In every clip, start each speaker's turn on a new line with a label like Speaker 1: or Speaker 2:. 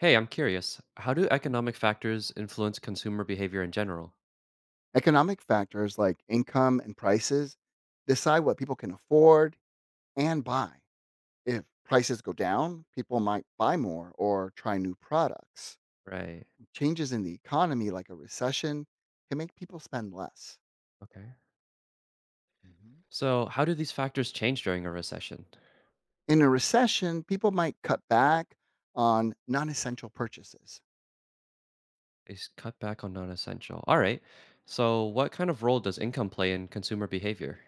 Speaker 1: Hey, I'm curious. How do
Speaker 2: Mhm.
Speaker 1: economic factors influence consumer behavior in general?
Speaker 2: Economic factors like income and prices decide what people can afford and buy. If prices go down, people might buy more or try new products.
Speaker 1: Right.
Speaker 2: Changes in the economy, like a recession, can make people spend less.
Speaker 1: Okay.
Speaker 2: Mhm.
Speaker 1: So, how do these factors change during a recession?
Speaker 2: In a recession, people might cut back on non essential purchases,
Speaker 1: Is cut back on non essential. All right. So, what kind of role does income play in consumer behavior?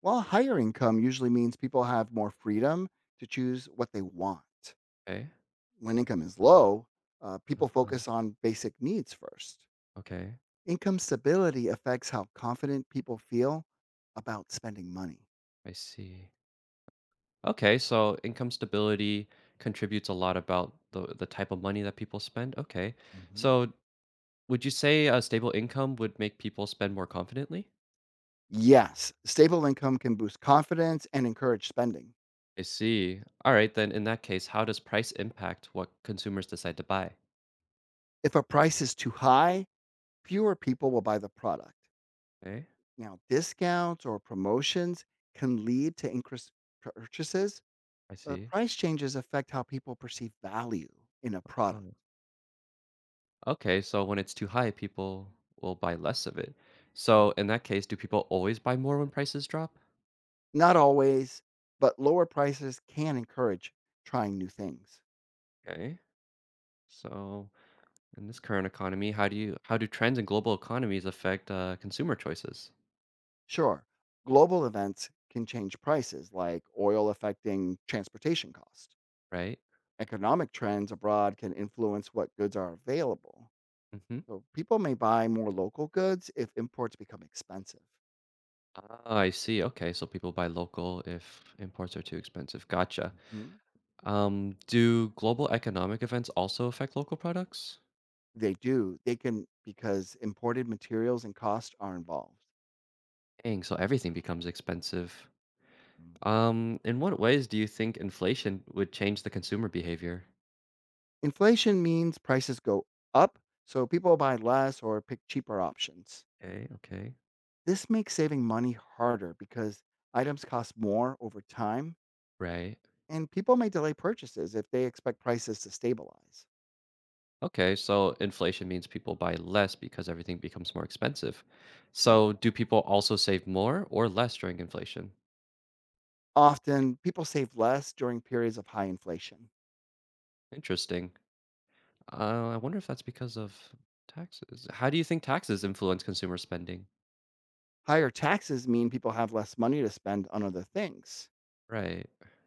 Speaker 2: while higher income usually means people have more freedom to choose what they want.
Speaker 1: Okay.
Speaker 2: When income is low, people
Speaker 1: Uh-huh.
Speaker 2: focus on basic needs first.
Speaker 1: Okay.
Speaker 2: Income stability affects how confident people feel about spending money.
Speaker 1: I see. Okay. So, income stability contributes a lot about the type of money that people spend. Okay.
Speaker 2: Hmm.
Speaker 1: So, would you say a stable income would make people spend more confidently?
Speaker 2: Yes, stable income can boost confidence and encourage spending.
Speaker 1: I see. All right, then in that case, how does price impact what consumers decide to buy?
Speaker 2: If a price is too high, fewer people will buy the product.
Speaker 1: Okay,
Speaker 2: Now, discounts or promotions can lead to increased purchases,
Speaker 1: I
Speaker 2: but
Speaker 1: see.
Speaker 2: price changes affect how people perceive value in a product.
Speaker 1: Huh. Okay, so when it's too high, people will buy less of it. So
Speaker 2: Mm.
Speaker 1: in that case, do people always buy more when prices drop?
Speaker 2: Not always, but lower prices can encourage trying new things.
Speaker 1: Okay. So in this current economy, how do trends in global economies affect consumer choices?
Speaker 2: Sure, global events can change prices, like oil affecting transportation cost.
Speaker 1: Right.
Speaker 2: Economic trends abroad can influence what goods are available.
Speaker 1: Mm-hmm.
Speaker 2: So people may buy more local goods if imports become expensive.
Speaker 1: Ah, I see. Okay, so people buy local if imports are too expensive. Gotcha.
Speaker 2: Mhm.
Speaker 1: Do global economic events also affect local products?
Speaker 2: They do. They can because imported materials and cost are involved.
Speaker 1: Dang, so everything becomes expensive.
Speaker 2: Mm.
Speaker 1: In what ways do you think inflation would change the consumer behavior?
Speaker 2: Inflation means prices go up, so people buy less or pick cheaper options.
Speaker 1: Okay, okay,
Speaker 2: This makes saving money harder because items cost more over time.
Speaker 1: right.
Speaker 2: And people may delay purchases if they expect prices to stabilize.
Speaker 1: Okay, so inflation means people buy less because everything becomes more expensive.
Speaker 2: Mm.
Speaker 1: So do people also save more or less during inflation?
Speaker 2: Often, people save less during periods of high inflation.
Speaker 1: Interesting. I wonder if that's because of taxes. How do you think taxes influence consumer spending?
Speaker 2: Higher taxes mean people have less money to spend on other things.
Speaker 1: Right.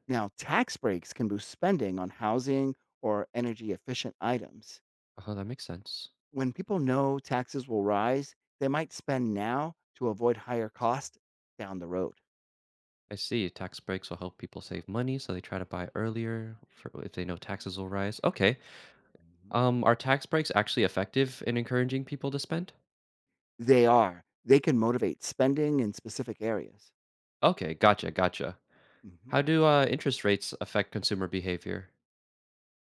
Speaker 2: Now, tax breaks can boost spending on housing or energy efficient items.
Speaker 1: Oh, that makes sense.
Speaker 2: When people know taxes will rise, they might spend now to avoid higher costs down the road.
Speaker 1: I see. Tax breaks will help people save money, so they try to buy earlier for if they know taxes will rise. Okay.
Speaker 2: Mhm.
Speaker 1: Are tax breaks actually effective in encouraging people to spend?
Speaker 2: They are. They can motivate spending in specific areas.
Speaker 1: Okay, gotcha, gotcha.
Speaker 2: Mhm.
Speaker 1: How do interest rates affect consumer behavior?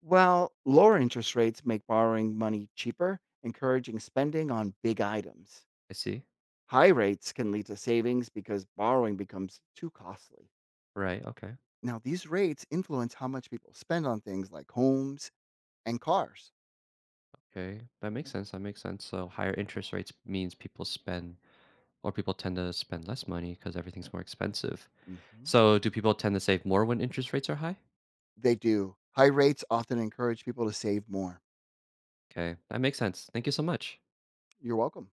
Speaker 2: Well, lower interest rates make borrowing money cheaper, encouraging spending on big items.
Speaker 1: I see.
Speaker 2: High rates can lead to savings because borrowing becomes too costly.
Speaker 1: Right. Okay.
Speaker 2: Now, these rates influence how much people spend on things like homes and cars.
Speaker 1: Okay. That makes sense. That makes sense. So higher interest rates means people spend or people tend to spend less money because everything's more expensive.
Speaker 2: Mhm.
Speaker 1: So do people tend to save more when interest rates are high?
Speaker 2: They do. High rates often encourage people to save more.
Speaker 1: Okay. That makes sense. Thank you so much.
Speaker 2: You're welcome.